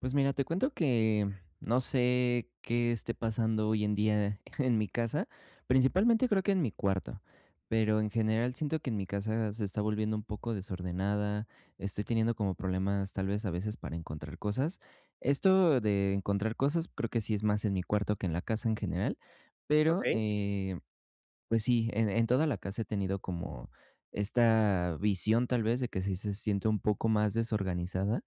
Pues mira, te cuento que no sé qué esté pasando hoy en día en mi casa, principalmente creo que en mi cuarto, pero en general siento que en mi casa se está volviendo un poco desordenada, estoy teniendo como problemas tal vez a veces para encontrar cosas. Esto de encontrar cosas creo que sí es más en mi cuarto que en la casa en general, pero Ok, pues sí, en toda la casa he tenido como esta visión tal vez de que sí se siente un poco más desorganizada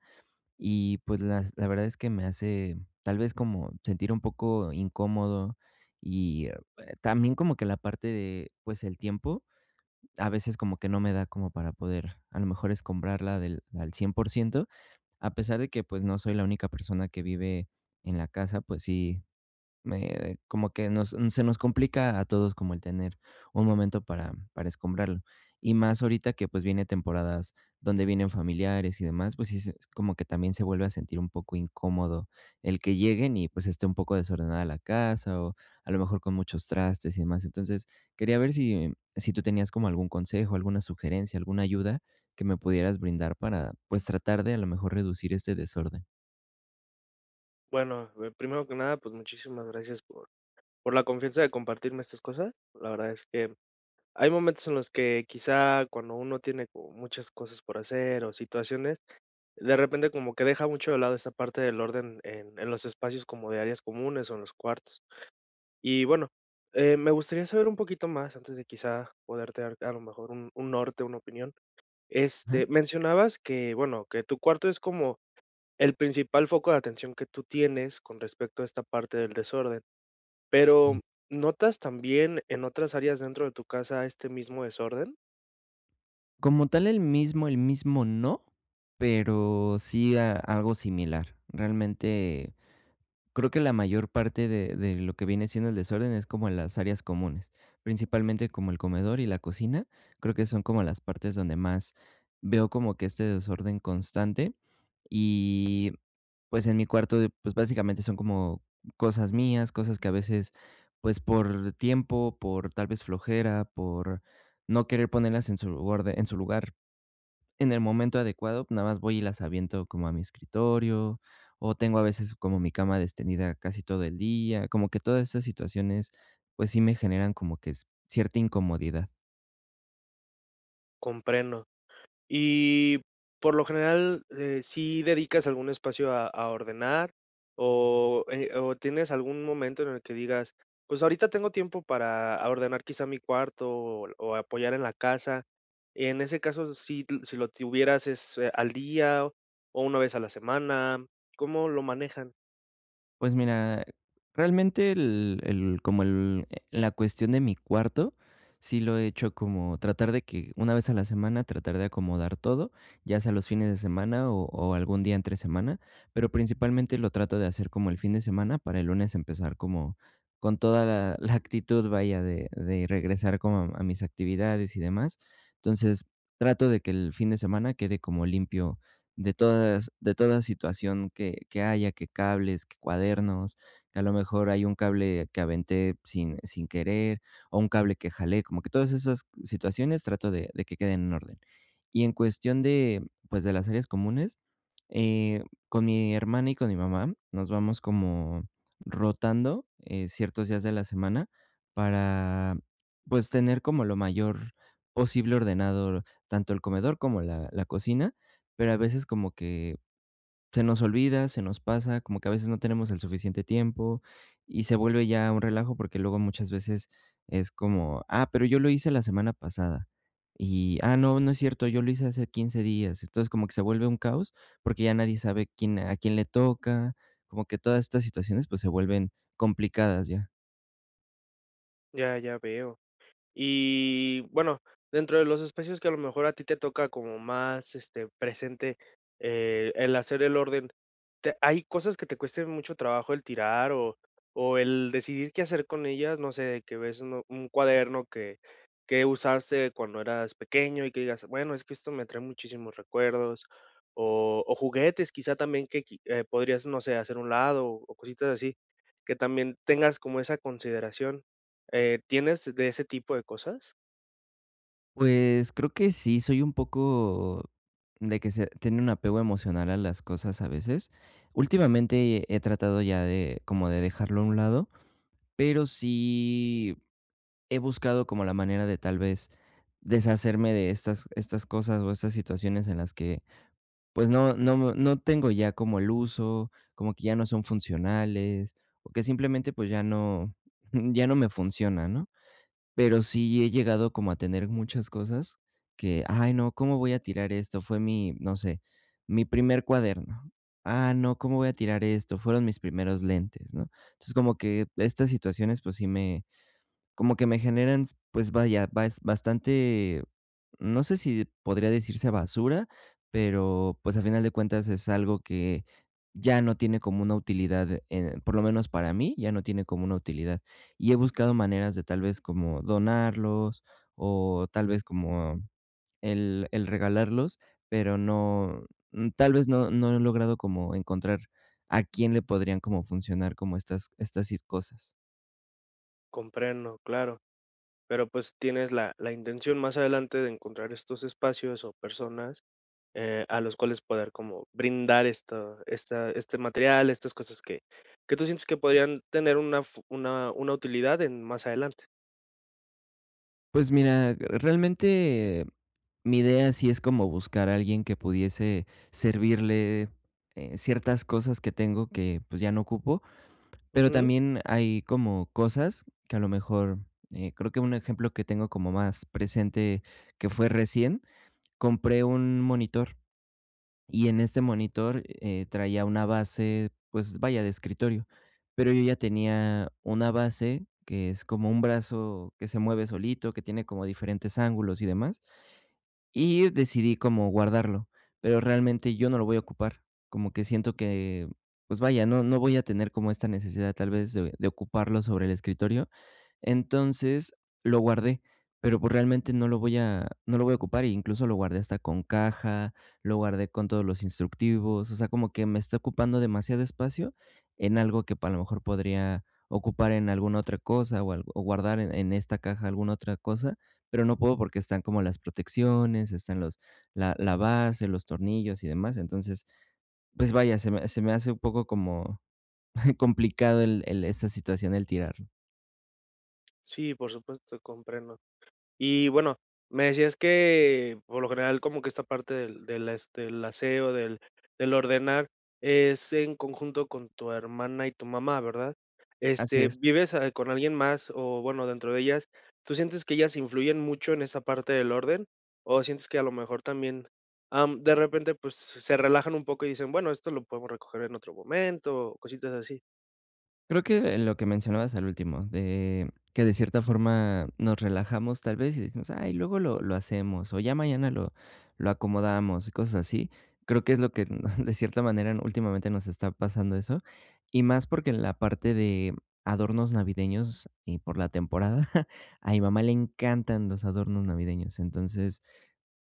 y pues las la verdad es que me hace tal vez como sentir un poco incómodo y, también como que la parte de, pues, el tiempo, a veces como que no me da como para poder, a lo mejor, escombrarla del al 100% a pesar de que, pues, no soy la única persona que vive en la casa, pues sí me como que nos se nos complica a todos como el tener un momento para escombrarlo. Y más ahorita que, pues, viene temporadas donde vienen familiares y demás, pues, sí se como que también se vuelve a sentir un poco incómodo el que lleguen y, pues, esté un poco desordenada la casa, o a lo mejor con muchos trastes y demás. Entonces, quería ver si tú tenías como algún consejo, alguna sugerencia, alguna ayuda que me pudieras brindar para, pues, tratar de a lo mejor reducir este desorden. bueno, primero que nada, pues, muchísimas gracias por la confianza de compartirme estas cosas. La verdad es que hay momentos en los que quizá cuando uno tiene como muchas cosas por hacer o situaciones, de repente como que deja mucho de lado esa parte del orden en los espacios como de áreas comunes o en los cuartos. Y bueno, me gustaría saber un poquito más antes de quizá poderte dar a lo mejor un norte, una opinión. Ajá. Este, mencionabas que, bueno, que tu cuarto es como el principal foco de atención que tú tienes con respecto a esta parte del desorden. Pero, ¿notas también en otras áreas dentro de tu casa este mismo desorden? Como tal, el mismo no, pero sí a algo similar. Realmente, creo que la mayor parte de lo que viene siendo el desorden es como en las áreas comunes, principalmente como el comedor y la cocina, creo que son como las partes donde más veo como que este desorden constante. Y, pues, en mi cuarto, pues, básicamente son como cosas mías, cosas que a veces, pues, por tiempo, por tal vez flojera, por no querer ponerlas en su orde en su lugar en el momento adecuado, nada más voy y las aviento como a mi escritorio, o tengo a veces como mi cama extendida casi todo el día, como que todas estas situaciones, pues sí me generan como que es cierta incomodidad. Comprendo. Y por lo general, ¿sí dedicas algún espacio a ordenar o tienes algún momento en el que digas, pues ahorita tengo tiempo para a ordenar quizá mi cuarto o apoyar en la casa? En ese caso, si lo tuvieras, ¿es al día o una vez a la semana? ¿Cómo lo manejan? Pues mira, realmente el como el la cuestión de mi cuarto, sí lo he hecho como tratar de que una vez a la semana tratar de acomodar todo, ya sea los fines de semana o algún día entre semana, pero principalmente lo trato de hacer como el fin de semana para el lunes empezar como con toda la actitud, vaya, de regresar como a mis actividades y demás. Entonces, trato de que el fin de semana quede como limpio de toda situación que haya, que cables, que cuadernos, que a lo mejor hay un cable que aventé sin querer o un cable que jalé, como que todas esas situaciones trato de que queden en orden. Y en cuestión de, pues, de las áreas comunes, eh, con mi hermana y con mi mamá nos vamos como rotando ciertos días de la semana para, pues, tener como lo mayor posible ordenado tanto el comedor como la cocina, pero a veces como que se nos olvida, se nos pasa, como que a veces no tenemos el suficiente tiempo y se vuelve ya un relajo porque luego muchas veces es como, ah, pero yo lo hice la semana pasada y, ah, no, no es cierto, yo lo hice hace 15 días. Entonces como que se vuelve un caos porque ya nadie sabe quién, a quién le toca, como que todas estas situaciones pues se vuelven complicadas ya. Ya, ya veo. Y bueno, dentro de los espacios que a lo mejor a ti te toca como más, este, presente, el hacer el orden, te ¿hay cosas que te cuesten mucho trabajo el tirar o el decidir qué hacer con ellas? No sé, de que ves uno un cuaderno que usaste cuando eras pequeño y que digas: "Bueno, es que esto me trae muchísimos recuerdos", o juguetes quizá también que qui podrías, no sé, hacer un lado o cositas así, que también tengas como esa consideración. ¿Tienes de ese tipo de cosas? Pues creo que sí, soy un poco de que se tiene un apego emocional a las cosas a veces. Últimamente he tratado ya de como de dejarlo a un lado, pero sí he buscado como la manera de tal vez deshacerme de estas cosas o estas situaciones en las que pues no tengo ya como el uso, como que ya no son funcionales o que simplemente pues ya no, ya no me funciona, ¿no? Pero sí he llegado como a tener muchas cosas que: "Ay, no, ¿cómo voy a tirar esto? Fue mi, no sé, mi primer cuaderno. Ah, no, ¿cómo voy a tirar esto? Fueron mis primeros lentes", ¿no? Entonces, como que estas situaciones, pues sí me como que me generan, pues vaya, bastante, no sé si podría decirse basura, pero, pues, a final de cuentas es algo que ya no tiene como una utilidad, por lo menos para mí, ya no tiene como una utilidad. Y he buscado maneras de tal vez como donarlos o tal vez como el regalarlos, pero no, tal vez no he logrado como encontrar a quién le podrían como funcionar como estas si cosas. Comprendo, claro, pero pues tienes la, la intención más adelante de encontrar estos espacios o personas a los cuales poder como brindar esta, esta, este material, estas cosas que tú sientes que podrían tener una, una utilidad en más adelante. Pues mira, realmente mi idea sí es como buscar a alguien que pudiese servirle ciertas cosas que tengo que pues ya no ocupo, pero Ujú. también hay como cosas que a lo mejor, creo que un ejemplo que tengo como más presente que fue recién, compré un monitor y en este monitor, traía una base, pues vaya, de escritorio, pero yo ya tenía una base que es como un brazo que se mueve solito, que tiene como diferentes ángulos y demás, y decidí como guardarlo, pero realmente yo no lo voy a ocupar, como que siento que, pues vaya, no voy a tener como esta necesidad tal vez de ocuparlo sobre el escritorio, entonces, lo guardé, pero, pues, realmente no lo voy a ocupar, e incluso lo guardé hasta con caja, lo guardé con todos los instructivos, o sea, como que me está ocupando demasiado espacio en algo que, pa a lo mejor, podría ocupar en alguna otra cosa o algo o guardar en esta caja alguna otra cosa, pero no puedo porque están como las protecciones, están los la base, los tornillos y demás. Entonces, pues, vaya, se me hace un poco como complicado el esa situación, el tirarlo. Sí, por supuesto, comprendo. Y bueno, me decías que por lo general como que esta parte del este, del aseo, del ordenar es en conjunto con tu hermana y tu mamá, ¿verdad? Así Este, es. ¿vives, con alguien más o bueno, dentro de ellas? ¿Tú sientes que ellas influyen mucho en esa parte del orden? ¿O sientes que a lo mejor también, de repente, pues, se relajan un poco y dicen: "Bueno, esto lo podemos recoger en otro momento", o cositas así? Creo que lo que mencionabas al último, de que de cierta forma nos relajamos tal vez y decimos, ay, luego lo hacemos o ya mañana lo acomodamos y cosas así. Creo que es lo que de cierta manera últimamente nos está pasando eso. Y más porque en la parte de adornos navideños y por la temporada, a mi mamá le encantan los adornos navideños. Entonces,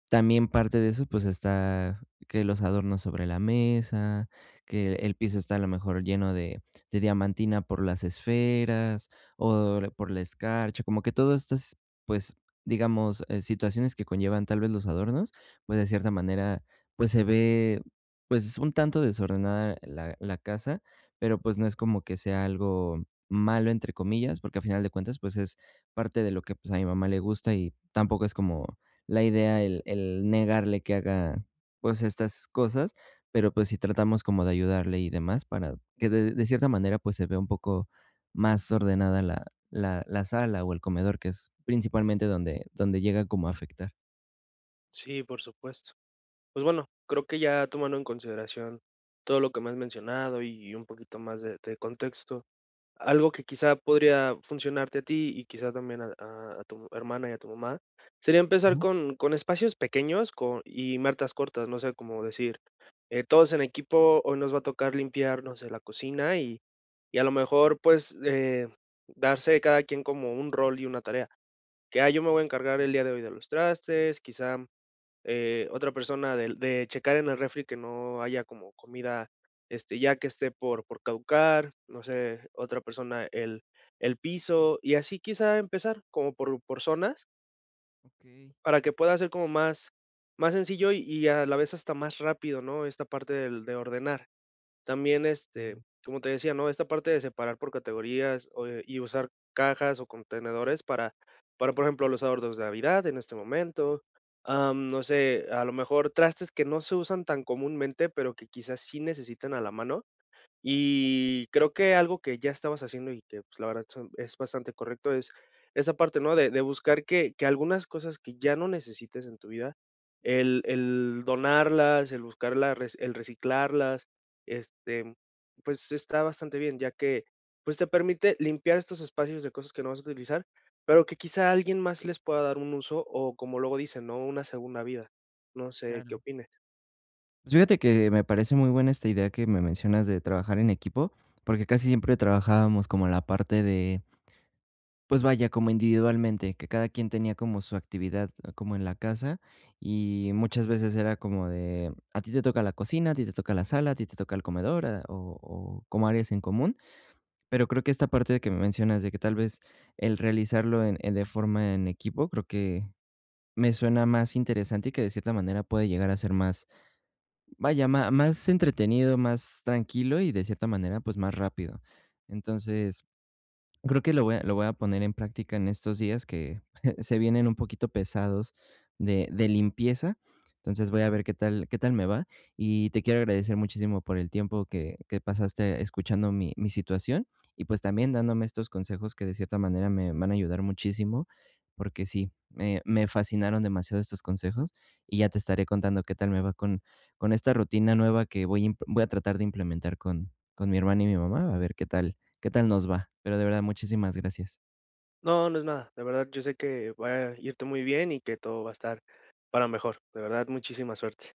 también parte de eso, pues, está que los adornos sobre la mesa, que el piso está a lo mejor lleno de diamantina por las esferas, o por la escarcha, como que todas estas, pues, digamos, situaciones que conllevan tal vez los adornos, pues, de cierta manera, pues, se ve, pues, es un tanto desordenada la casa, pero, pues, no es como que sea algo "malo", entre comillas, porque a final de cuentas, pues, es parte de lo que, pues, a mi mamá le gusta y tampoco es como la idea el negarle que haga, pues, estas cosas, pero, pues, si tratamos como de ayudarle y demás para que de cierta manera, pues, se vea un poco más ordenada la sala o el comedor, que es principalmente donde llega como a afectar. Sí, por supuesto. Pues bueno, creo que ya tomando en consideración todo lo que me has mencionado y un poquito más de contexto, algo que quizá podría funcionarte a ti y quizá también a, a tu hermana y a tu mamá, sería empezar Ajá. Con espacios pequeños con, y martas cortas, no sé, como decir, todos en equipo, hoy nos va a tocar limpiar, no sé, la cocina y a lo mejor pues darse cada quien como un rol y una tarea. Que ah, yo me voy a encargar el día de hoy de los trastes, quizá otra persona de checar en el refri que no haya como comida, este, ya que esté por caducar, no sé, otra persona el piso, y así quizá empezar como por zonas, Okey, para que pueda ser como más sencillo y a la vez hasta más rápido, ¿no? Esta parte del de ordenar. También, este, entiendo, como te decía, ¿no? Esta parte de separar por categorías o, y usar cajas o contenedores para, por ejemplo, los adornos de Navidad en este momento. No sé, a lo mejor trastes que no se usan tan comúnmente, pero que quizás sí necesitan a la mano. Y creo que algo que ya estabas haciendo y que, pues, la verdad son es bastante correcto es esa parte, ¿no? De buscar que algunas cosas que ya no necesites en tu vida, el donarlas, el buscarlas, el reciclarlas, este, pues, está bastante bien, ya que, pues, te permite limpiar estos espacios de cosas que no vas a utilizar, pero que quizá alguien más les pueda dar un uso o, como luego dicen, ¿no? Una segunda vida. No sé, ¿qué claro. opines? Pues, fíjate que me parece muy buena esta idea que me mencionas de trabajar en equipo, porque casi siempre trabajábamos como la parte de pues vaya, como individualmente, que cada quien tenía como su actividad, como en la casa, y muchas veces era como de, a ti te toca la cocina, a ti te toca la sala, a ti te toca el comedor, o como áreas en común, pero creo que esta parte que me mencionas de que tal vez el realizarlo de forma en equipo, creo que me suena más interesante y que de cierta manera puede llegar a ser más, vaya, más entretenido, más tranquilo y de cierta manera pues más rápido. Entonces, creo que lo voy a poner en práctica en estos días que se vienen un poquito pesados de limpieza. Entonces, voy a ver qué tal me va. Y te quiero agradecer muchísimo por el tiempo que pasaste escuchando mi situación y, pues, también dándome estos consejos que de cierta manera me van a ayudar muchísimo, porque sí, me fascinaron demasiado estos consejos y ya te estaré contando qué tal me va con esta rutina nueva que voy a imp voy a tratar de implementar con mi hermana y mi mamá, a ver qué tal nos va. Pero de verdad, muchísimas gracias. No, no es nada. De verdad, yo sé que va a irte muy bien y que todo va a estar para mejor. De verdad, muchísima suerte.